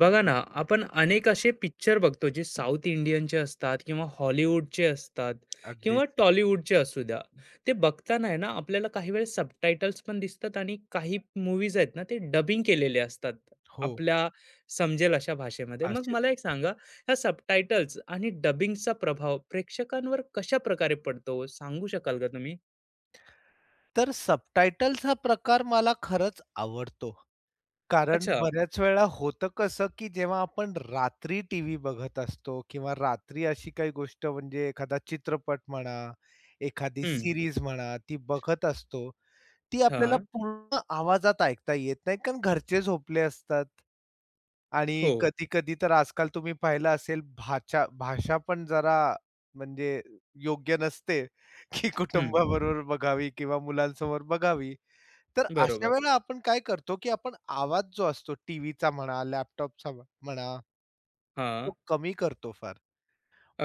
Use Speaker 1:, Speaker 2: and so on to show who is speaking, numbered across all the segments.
Speaker 1: बघा ना, आपण अनेक असे पिक्चर बघतो जे साउथ इंडियनचे असतात किंवा हॉलिवूडचे असतात किंवा
Speaker 2: अगदीच.
Speaker 1: टॉलिवूडचे असू द्या. ते बघताना आहे ना, आपल्याला काही वेळेस सबटायटल्स पण दिसतात आणि काही मूव्हीज आहेत ना, ते डबिंग केलेले असतात.
Speaker 2: हो,
Speaker 1: आपल्या समजेल अशा भाषेमध्ये. मग
Speaker 2: 500
Speaker 1: मला एक सांगा, ह्या सबटायटल्स आणि डबिंगचा प्रभाव प्रेक्षकांवर कशा प्रकारे पडतो, हो? सांगू शकाल का तुम्ही?
Speaker 2: तर सबटायटल्स हा प्रकार मला खरंच आवडतो. कारण
Speaker 1: अच्छा.
Speaker 2: बऱ्याच वेळा होतं कसं, की जेव्हा आपण रात्री टीव्ही बघत असतो किंवा रात्री अशी काही गोष्ट म्हणजे एखादा चित्रपट म्हणा, एखादी
Speaker 1: हं.
Speaker 2: सीरीज म्हणा, ती बघत असतो. ती आपल्याला
Speaker 1: हां.
Speaker 2: पूर्ण आवाजात ऐकता येत नाही, कारण घरचे झोपले असतात. आणि
Speaker 1: हो.
Speaker 2: कधी-कधी तर आजकाल तुम्ही पाहिलं असेल भाषा भाषा पण जरा म्हणजे योग्य नसते, की
Speaker 1: हं.
Speaker 2: कुटुंबाबरोबर बघावी किंवा मुलांसमोर बघावी. तर अशा
Speaker 1: बरोबर.
Speaker 2: वेळेला आपण काय करतो, की आपण आवाज जो असतो टीव्हीचा म्हणा, लॅपटॉपचा म्हणा, तो
Speaker 1: हां.
Speaker 2: कमी करतो फार.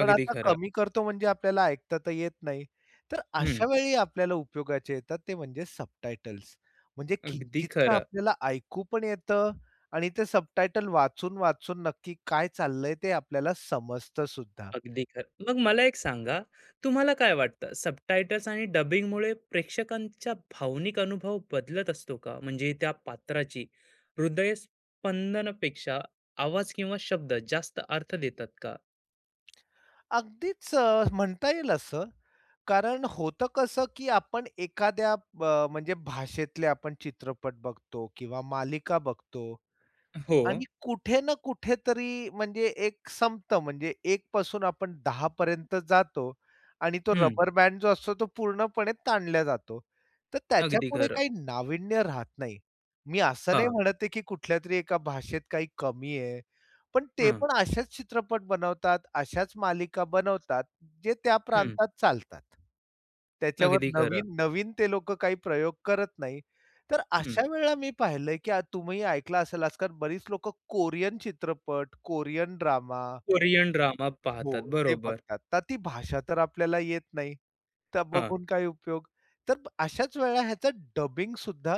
Speaker 2: पण आता
Speaker 1: खरं.
Speaker 2: कमी करतो म्हणजे आपल्याला ऐकता तर येत नाही. तर
Speaker 1: हं.
Speaker 2: अशा वेळी आपल्याला उपयोगाचे येतात ते म्हणजे सबटायटल्स. म्हणजे
Speaker 1: अगदी
Speaker 2: किंचितसं
Speaker 1: खरं.
Speaker 2: आपल्याला ऐकू पण येतं आणि ते सबटायटल वाचून-वाचून नक्की काय चाललंय ते आपल्याला समजतं सुद्धा.
Speaker 1: अगदी खरं. मग मला एक सांगा, तुम्हाला काय वाटतं सबटायटल्स आणि डबिंगमुळे प्रेक्षकांचा भावनिक अनुभव बदलत असतो का? म्हणजे त्या पात्राची हृदयस्पंदनपेक्षा आवाज किंवा शब्द जास्त अर्थ देतात का?
Speaker 2: अगदीच म्हणता येईल असं. कारण होतं कसं, की आपण एखाद्या म्हणजे भाषेतले आपण चित्रपट बघतो किंवा मालिका बघतो.
Speaker 1: हो.
Speaker 2: आणि कुठे ना कुठेतरी म्हणजे एक संपतं म्हणजे 1 पासून आपण 10 पर्यंत जातो आणि तो
Speaker 1: हं,
Speaker 2: रबर बँड जो असतो तो पूर्णपणे ताणला जातो. तर
Speaker 1: अगदी
Speaker 2: त्याच्यापुढे
Speaker 1: खरं.
Speaker 2: काही नाविन्य राहत नाही. मी असं
Speaker 1: हा,
Speaker 2: नाही म्हणत आहे, की कुठल्या तरी एका भाषेत काही कमी आहे. पण ते
Speaker 1: हं,
Speaker 2: पण असेच चित्रपट बनवतात, अशाच मालिका बनवतात, जे त्या
Speaker 1: हं.
Speaker 2: प्रांतात चालतात. त्याच्यावर
Speaker 1: अगदी खरं.
Speaker 2: नवीन-नवीन ते लोकं काही प्रयोग करत नाही. तर
Speaker 1: हं.
Speaker 2: अशा वेळेला मी पाहिलंय, की तुम्ही ऐकलं असेल आजकाल बरीच लोकं कोरियन चित्रपट, कोरियन ड्रामा,
Speaker 1: कोरियन ड्रामा पाहतात.
Speaker 2: हो, ते
Speaker 1: बरोबर.
Speaker 2: बघतात. तर ती भाषा तर आपल्याला येत नाही. तर
Speaker 1: हां,
Speaker 2: बघून काय उपयोग? तर अशाच वेळेला ह्याचं डबिंग सुद्धा,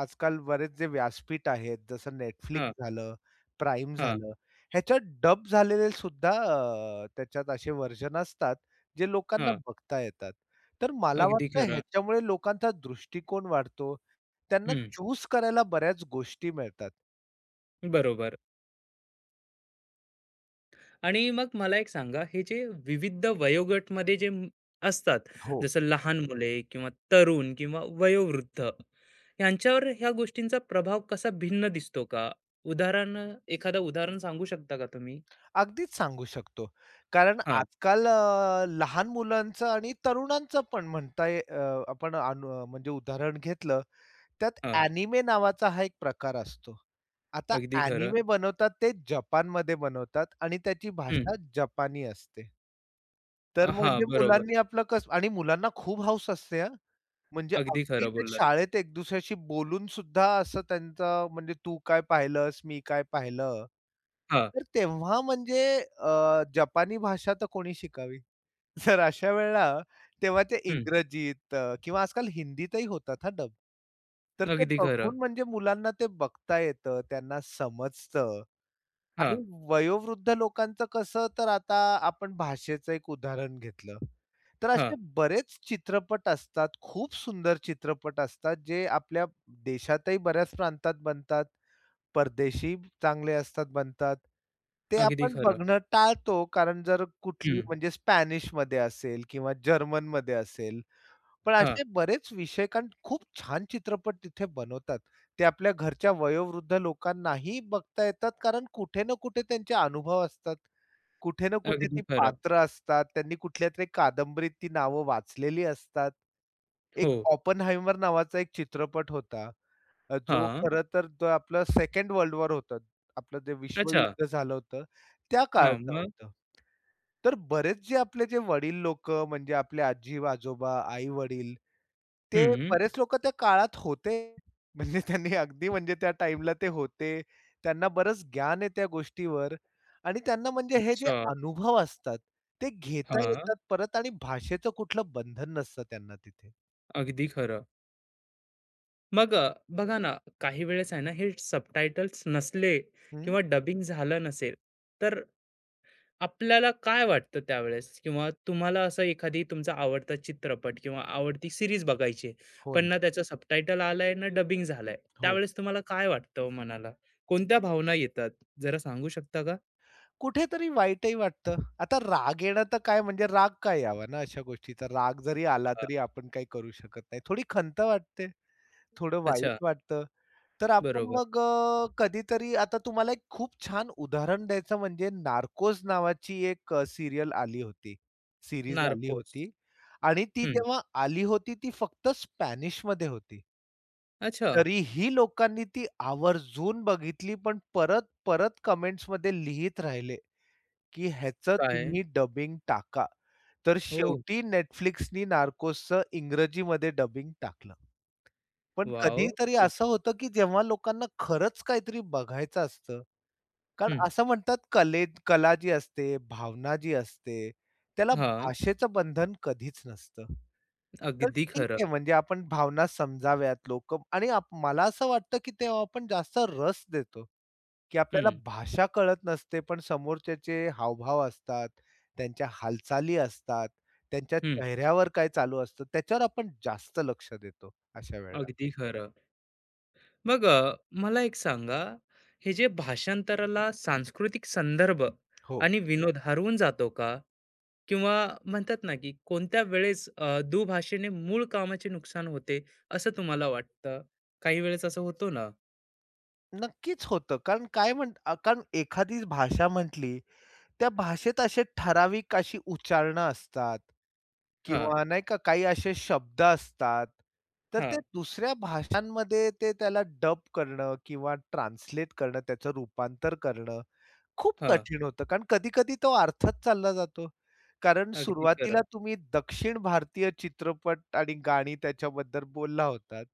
Speaker 2: आजकाल बरेच जे व्यासपीठ आहेत, जसं Netflix
Speaker 1: हां,
Speaker 2: झालं, Prime
Speaker 1: हां,
Speaker 2: झालं, ह्याच्यात डब झालेले सुद्धा त्याच्यात असे व्हर्जन असतात, जे लोकांना
Speaker 1: हां.
Speaker 2: बघता येतात. तर मला
Speaker 1: अगदी
Speaker 2: वाटतं
Speaker 1: खरं.
Speaker 2: ह्याच्यामुळे लोकांचा दृष्टिकोन वाढतो. त्यांना
Speaker 1: हं,
Speaker 2: चूज करायला बऱ्याच गोष्टी मिळतात.
Speaker 1: बरोबर. आणि मग मला एक सांगा, हे जे विविध वयोगटमध्ये जे असतात,
Speaker 2: हो.
Speaker 1: जसं लहान मुले किंवा तरुण किंवा वयोवृद्ध, यांच्यावर ह्या गोष्टींचा प्रभाव कसा भिन्न दिसतो का? उदाहरण एखादं उदाहरण सांगू शकता का तुम्ही?
Speaker 2: अगदीच सांगू शकतो. कारण
Speaker 1: हा,
Speaker 2: आजकाल लहान मुलांचं आणि तरुणांचं पण म्हणता आपण म्हणजे उदाहरण घेतलं, त्यात
Speaker 1: हा,
Speaker 2: एनिमे नावाचा हा एक प्रकार असतो. आता
Speaker 1: अगदी खरं.
Speaker 2: एनिमे बनवतात ते जपानमध्ये बनवतात आणि त्याची
Speaker 1: हं.
Speaker 2: भाषा जपानी असते. तर
Speaker 1: हां,
Speaker 2: म्हणजे
Speaker 1: बरोबर.
Speaker 2: मुलांनी आपलं कसं आणि मुलांना खूप हौस असते हा, म्हणजे
Speaker 1: अगदी
Speaker 2: अगदी
Speaker 1: खरं
Speaker 2: ते
Speaker 1: बोललात.
Speaker 2: शाळेत एक दुसऱ्याशी बोलून सुद्धा असं त्यांचं म्हणजे तू काय पाहिलंस, मी काय पाहिलं
Speaker 1: हां.
Speaker 2: तर तेव्हा जपानी भाषा तर कोणी शिकावी. तर अशा वेळेला तेव्हा ते
Speaker 1: हं.
Speaker 2: इंग्रजीत किंवा आजकाल हिंदीतही होतात हां डब. तर ते
Speaker 1: अगदी खरं.
Speaker 2: बघून म्हणजे मुलांना ते बघता येतं, त्यांना समजतं आणि
Speaker 1: हां,
Speaker 2: वयोवृद्ध लोकांचं कसं तर आता आपण भाषेचं एक उदाहरण घेतलं. तर असे
Speaker 1: हां.
Speaker 2: बरेच चित्रपट असतात, खूप सुंदर चित्रपट असतात, जे आपल्या देशातही बऱ्याच प्रांतात बनतात. परदेशी चांगले असतात बनतात. ते हं.
Speaker 1: अगदी
Speaker 2: आपण
Speaker 1: खरं.
Speaker 2: बघणं टाळतो, कारण जर कुठली
Speaker 1: हं.
Speaker 2: म्हणजे स्पॅनिशमध्ये असेल किंवा जर्मनमध्ये असेल. पण
Speaker 1: हां.
Speaker 2: असे बरेच विषय कारण खूप छान चित्रपट तिथे बनवतात. ते आपल्या घरच्या वयोवृद्ध लोकांनाही बघता येतात, कारण कुठे ना कुठे त्यांचे अनुभव असतात. कुठे ना कुठे
Speaker 1: अगदी
Speaker 2: ती
Speaker 1: खरं.
Speaker 2: पात्र असतात. त्यांनी कुठल्यातरी कादंबरीत ती नावं वाचलेली असतात.
Speaker 1: हो.
Speaker 2: एक "ऑपनहाइमर" नावाचा एक चित्रपट होता. जो
Speaker 1: हां.
Speaker 2: खरं तर तो आपलं सेकंड वर्ल्ड वॉर होतं. आपलं जे
Speaker 1: अच्छा.
Speaker 2: विश्वयुद्ध झालं होतं, त्या
Speaker 1: हां,
Speaker 2: काळचं
Speaker 1: मग?
Speaker 2: होतं. तर बरेच जे आपले जे वडील लोक, म्हणजे आपले आजी-आजोबा, आई-वडील, ते
Speaker 1: हं.
Speaker 2: बरेच लोकं त्या काळात होते. म्हणजे त्यांनी अगदी म्हणजे त्या टाईमला ते होते. त्यांना बरंच ज्ञान आहे त्या गोष्टीवर आणि त्यांना म्हणजे हे जे
Speaker 1: अच्छा.
Speaker 2: अनुभव असतात, ते घेता
Speaker 1: हां.
Speaker 2: येतात परत आणि भाषेचं कुठलं बंधन नसतं त्यांना तिथे.
Speaker 1: अगदी खरं. मग बघा ना, काही वेळेस आहे ना, हे सबटायटल्स नसले
Speaker 2: हं.
Speaker 1: किंवा डबिंग झालं नसेल, तर आपल्याला काय वाटतं त्यावेळेस? किंवा तुम्हाला असं एखादी तुमचा आवडता चित्रपट किंवा आवडती सिरीज बघायची आहे,
Speaker 2: हो
Speaker 1: पण
Speaker 2: ना.
Speaker 1: ना त्याचं सबटायटल आलंय, ना डबिंग झालंय.
Speaker 2: हो.
Speaker 1: त्यावेळेस तुम्हाला काय वाटतं हो मनाला? कोणत्या भावना येतात? जरा सांगू शकता का?
Speaker 2: कुठेतरी वाईटही वाटतं. आता राग येणं तर काय म्हणजे राग काय यावा ना अशा गोष्टीचा. राग जरी आला
Speaker 1: हां.
Speaker 2: तरी आपण काही करू शकत नाही. थोडी खंत वाटते, थोडं वाईट
Speaker 1: अच्छा.
Speaker 2: वाटतं. तर आपण
Speaker 1: बरोबर.
Speaker 2: मग कधीतरी आता तुम्हाला एक खूप छान उदाहरण द्यायचं म्हणजे नार्कोस नावाची एक सीरियल आली होती, सीरीज आली
Speaker 1: नार्कोस.
Speaker 2: होती आणि ती
Speaker 1: हं.
Speaker 2: जेव्हा आली होती ती फक्त स्पॅनिशमध्ये होती.
Speaker 1: अच्छा.
Speaker 2: तरीही लोकांनी ती आवर्जून बघितली पण परत-परत कमेंट्समध्ये लिहीत राहिले. की ह्याचं
Speaker 1: काय?
Speaker 2: तुम्ही डबिंग टाका. तर
Speaker 1: ओह!
Speaker 2: शेवटी Netflixनी नार्कोसचं इंग्रजीमध्ये डबिंग टाकलं. पण
Speaker 1: वॉव!
Speaker 2: कधीतरी असं होतं, की जेव्हा लोकांना खरंच काहीतरी बघायचं असतं. कारण
Speaker 1: हं.
Speaker 2: असं म्हणतात कले कला जी असते, भावना जी असते, त्याला
Speaker 1: हां.
Speaker 2: भाषेचं बंधन कधीच नसतं. तर
Speaker 1: अगदी
Speaker 2: ठीक आहे
Speaker 1: खरं.
Speaker 2: म्हणजे आपण भावना समजाव्यात लोकं आणि मला असं वाटतं, की तेव्हा आपण जास्त रस देतो, की आपल्याला
Speaker 1: हं.
Speaker 2: भाषा कळत नसते, पण समोरच्याचे हावभाव असतात. त्यांच्या हालचाली असतात, त्यांच्या
Speaker 1: हं,
Speaker 2: चेहऱ्यावर काय चालू असतं, त्याच्यावर आपण जास्त लक्ष देतो अशा वेळेला.
Speaker 1: अगदी खरं. मग मला एक सांगा, हे जे भाषांतराला सांस्कृतिक संदर्भ
Speaker 2: हो.
Speaker 1: आणि विनोद हरवून जातो का? किंवा म्हणतात ना, की कोणत्या वेळेस दुभाषेने मूळ कामाचे नुकसान होते, असं तुम्हाला वाटतं? काही वेळेस असं होतो ना.
Speaker 2: नक्कीच होतं. कारण कारण एखादी भाषा म्हटली, त्या भाषेत असे ठराविक अशी उच्चारणं असतात
Speaker 1: हां,
Speaker 2: किंवा नाही का काही असे शब्द असतात. तर
Speaker 1: हां,
Speaker 2: ते दुसऱ्या भाषांमध्ये ते त्याला डब करणं किंवा ट्रान्सलेट करणं, त्याचं रूपांतर करणं खूप
Speaker 1: हां.
Speaker 2: कठीण होतं, कारण कधी-कधी तो अर्थच चालला जातो. कारण
Speaker 1: अगदी
Speaker 2: सुरुवातीला
Speaker 1: खरं.
Speaker 2: तुम्ही दक्षिण भारतीय चित्रपट आणि गाणी त्याच्याबद्दल बोलला होतात.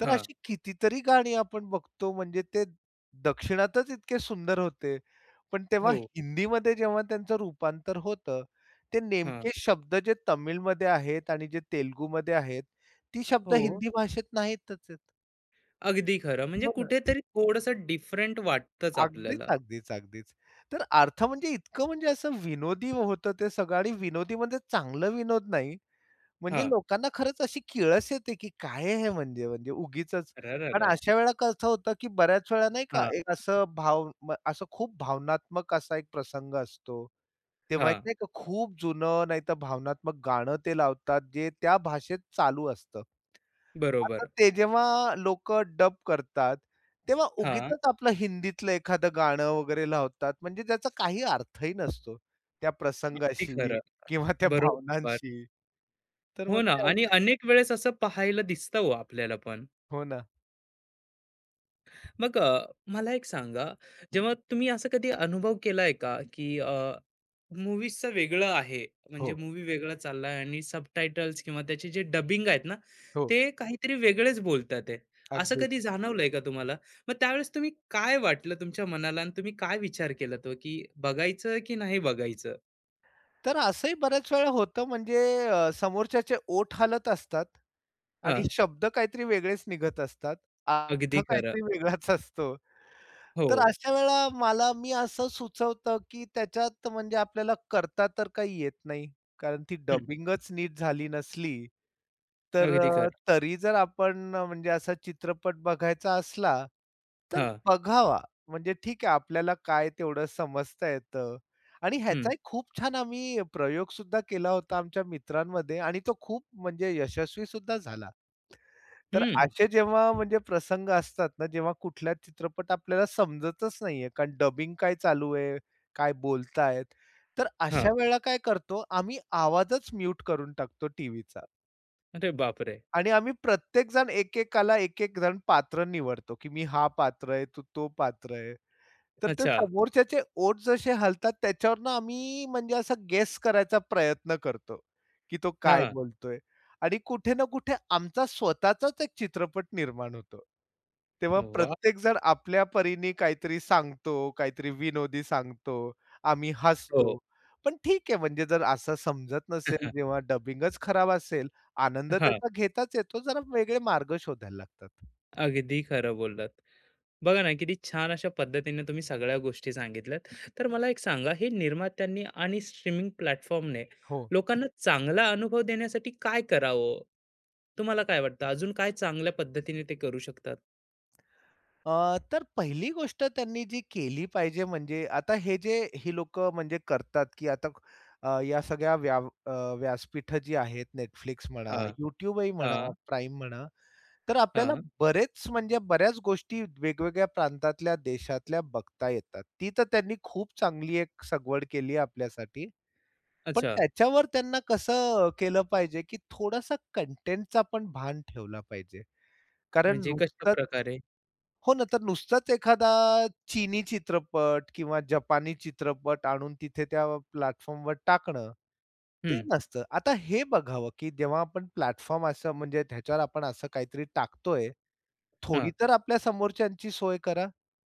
Speaker 2: तर
Speaker 1: हां,
Speaker 2: अशी कितीतरी गाणी आपण बघतो म्हणजे ते दक्षिणातच इतके सुंदर होते. पण तेव्हा
Speaker 1: हो,
Speaker 2: हिंदीमध्ये जेव्हा त्यांचं रूपांतर होतं, ते
Speaker 1: हां.
Speaker 2: नेमके शब्द जे तमिळमध्ये आहेत आणि जे तेलुगूमध्ये आहेत, ती शब्द
Speaker 1: हो,
Speaker 2: हिंदी भाषेत नाहीतच आहेत.
Speaker 1: अगदी खरं. म्हणजे
Speaker 2: हो ना.
Speaker 1: कुठेतरी थोडंसं डिफरंट वाटतंच
Speaker 2: अगदीच,
Speaker 1: आपल्याला.
Speaker 2: अगदीच, अगदीच. तर अर्थ म्हणजे इतकं म्हणजे असं विनोदी होतं ते सगळं आणि विनोदी म्हणजे चांगलं विनोद नाही. म्हणजे
Speaker 1: हां.
Speaker 2: लोकांना खरंच अशी किळस येते, की काय आहे हे म्हणजे म्हणजे उगीचच. कारण
Speaker 1: अरररर!
Speaker 2: अशा वेळेला कसं होतं, की बऱ्याच वेळा नाही का
Speaker 1: हां,
Speaker 2: एक असं भाव म असं खूप भावनात्मक असा एक प्रसंग असतो. तेव्हा एक
Speaker 1: हां.
Speaker 2: नाही का खूप जुनं नाहीतर भावनात्मक गाणं ते लावतात, जे त्या भाषेत चालू असतं. आता
Speaker 1: बरोबर.
Speaker 2: ते जेव्हा लोकं डब करतात, तेव्हा
Speaker 1: हां,
Speaker 2: उगीचच आपलं हिंदीतलं एखादं गाणं वगैरे लावतात, म्हणजे त्याचा काही अर्थही नसतो. त्या
Speaker 1: अगदी
Speaker 2: प्रसंगाशी
Speaker 1: खरं.
Speaker 2: किंवा त्या
Speaker 1: बरोबर.
Speaker 2: भावनांशी. तर
Speaker 1: हो ना
Speaker 2: म्हणजे
Speaker 1: आणि अनेक वेळेस असं पाहायला दिसतं हो आपल्याला पण.
Speaker 2: हो ना.
Speaker 1: मग मला एक सांगा, जेव्हा तुम्ही असा कधी अनुभव केलाय का, की मूव्हीजचं वेगळं आहे, म्हणजे
Speaker 2: हो,
Speaker 1: मूव्ही वेगळा चाललाय आणि सबटायटल्स किंवा त्याचे जे डबिंग आहेत ना,
Speaker 2: हो.
Speaker 1: ते काहीतरी वेगळेच बोलतात आहे. असं
Speaker 2: अगदी.
Speaker 1: कधी जाणवलंय का तुम्हाला? मग त्यावेळेस तुम्ही काय वाटलं तुमच्या मनाला आणि तुम्ही काय विचार केला तो, की बघायचं की नाही बघायचं?
Speaker 2: तर असंही बऱ्याच वेळा होतं म्हणजे समोरच्याचे ओठ हालत असतात आणि
Speaker 1: हां,
Speaker 2: शब्द काहीतरी वेगळेच निघत असतात. अर्थ
Speaker 1: अगदी खरं.
Speaker 2: काहीतरी वेगळाच असतो.
Speaker 1: हो.
Speaker 2: तर अशा वेळेला मी असं सुचवतं, की त्याच्यात म्हणजे आपल्याला करता तर काही येत नाही. कारण ती
Speaker 1: हं,
Speaker 2: डबिंगच नीट झाली नसली, तर
Speaker 1: अगदी खरं.
Speaker 2: तरी जर आपण म्हणजे असा चित्रपट बघायचा असला, तर
Speaker 1: हां.
Speaker 2: बघावा. म्हणजे ठीक आहे आपल्याला काय तेवढं समजता येतं. आणि
Speaker 1: हं,
Speaker 2: ह्याचा एक खूप छान आम्ही प्रयोग सुद्धा केला होता आमच्या मित्रांमध्ये आणि तो खूप म्हणजे यशस्वी सुद्धा झाला. तर
Speaker 1: हं.
Speaker 2: असे जेव्हा म्हणजे प्रसंग असतात ना, जेव्हा कुठला चित्रपट आपल्याला समजतच नाहीये, कारण डबिंग काय चालू आहे, काय बोलतायत. तर
Speaker 1: हां.
Speaker 2: अशा वेळेला काय करतो, आम्ही आवाजच म्यूट करून टाकतो टीव्हीचा
Speaker 1: अरे बापरे!
Speaker 2: आणि आम्ही प्रत्येकजण एकेकाला एक-एक जण पात्र निवडतो, की मी हा पात्र आहे, तू तो पात्र आहे. तर ते
Speaker 1: अच्छा.
Speaker 2: समोरच्याचे ओठ जसे हलतात त्याच्यावरनं आम्ही म्हणजे असा गेस करायचा प्रयत्न करतो, की तो काय
Speaker 1: हां.
Speaker 2: बोलतोय? आणि कुठे ना कुठे आमचा स्वतःचाच एक चित्रपट निर्माण होतो. तेव्हा
Speaker 1: वाह!
Speaker 2: प्रत्येकजण आपल्या परीने काहीतरी सांगतो, काहीतरी विनोदी सांगतो, आम्ही
Speaker 1: हो.
Speaker 2: हसतो. पण ठीक आहे म्हणजे जर असं समजत नसेल जेव्हा डबिंगच खराब असेल, आनंद
Speaker 1: हां.
Speaker 2: त्याचा घेताच येतो. जरा वेगळे मार्ग शोधायला लागतात.
Speaker 1: अगदी खरं बोललात. बघा ना, किती छान अशा पद्धतीने तुम्ही सगळ्या गोष्टी सांगितल्यात. तर मला एक सांगा, हे निर्मात्यांनी आणि स्ट्रीमिंग प्लॅटफॉर्मने
Speaker 2: हो.
Speaker 1: लोकांना चांगला अनुभव देण्यासाठी काय करावं? तुम्हाला काय वाटतं? अजून काय चांगल्या पद्धतीने ते करू शकतात?
Speaker 2: तर पहिली गोष्ट त्यांनी जी केली पाहिजे म्हणजे आता हे जे ही लोकं म्हणजे करतात, की आता या सगळ्या व्यासपीठं जी आहेत Netflix म्हणा,
Speaker 1: हां,
Speaker 2: YouTubeही म्हणा,
Speaker 1: हां,
Speaker 2: Prime म्हणा, तर आपल्याला
Speaker 1: हां.
Speaker 2: बरेच म्हणजे बऱ्याच गोष्टी वेगवेगळ्या प्रांतातल्या, देशातल्या बघता येतात. ती तर त्यांनी खूप चांगली एक सगवड केली आहे आपल्यासाठी. पण
Speaker 1: अच्छा.
Speaker 2: त्याच्यावर त्यांना कसं केलं पाहिजे, की थोडासा कंटेंटचा पण भान ठेवला पाहिजे. कारण
Speaker 1: म्हणजे
Speaker 2: नुसतंच
Speaker 1: कशाप्रकारे?
Speaker 2: हो ना, तर नुसताच एखादा चीनी चित्रपट किंवा जपानी चित्रपट आणून तिथे त्या प्लॅटफॉर्मवर टाकणं, ते
Speaker 1: हं.
Speaker 2: नसतं. आता हे बघावं, की जेव्हा आपण प्लॅटफॉर्म असं म्हणजे त्याच्यावर आपण असं काहीतरी टाकतोय, थोडी
Speaker 1: हां.
Speaker 2: तर आपल्या समोरच्यांची सोय करा.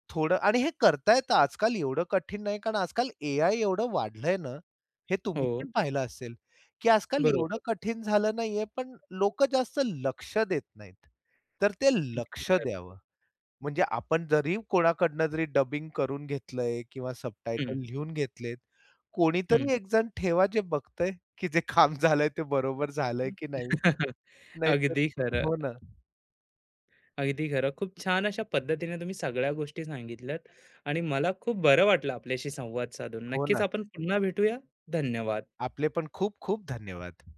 Speaker 2: थोडं आणि हे करता येतं आजकाल एवढं कठीण नाही, कारण आजकाल एआय एवढं वाढलंय ना, हे तुम्ही
Speaker 1: हो.
Speaker 2: पण पाहिलं असेल, की आजकाल एवढं
Speaker 1: बरोबर.
Speaker 2: कठीण झालं नाहीये, पण लोक जास्त लक्ष देत नाहीत. तर ते
Speaker 1: अगदी
Speaker 2: लक्ष
Speaker 1: खरं.
Speaker 2: द्यावं. म्हणजे आपण जरी कोणाकडनं जरी डबिंग करून घेतलंय किंवा
Speaker 1: हं,
Speaker 2: सबटायटल लिहून घेतलेत,
Speaker 1: हं.
Speaker 2: कोणीतरी एक जण ठेवा जे बघतंय, की जे काम झालंय ते बरोबर झालंय की नाही. नाहीतर
Speaker 1: अगदी खरं.
Speaker 2: हो ना,
Speaker 1: अगदी खरं. खूप छान अशा पद्धतीने तुम्ही सगळ्या गोष्टी सांगितल्यात आणि मला खूप बरं वाटलं आपल्याशी संवाद साधून.
Speaker 2: हो
Speaker 1: नक्कीच
Speaker 2: ना.
Speaker 1: आपण पुन्हा भेटूया. धन्यवाद.
Speaker 2: आपले पण खूप खूप धन्यवाद.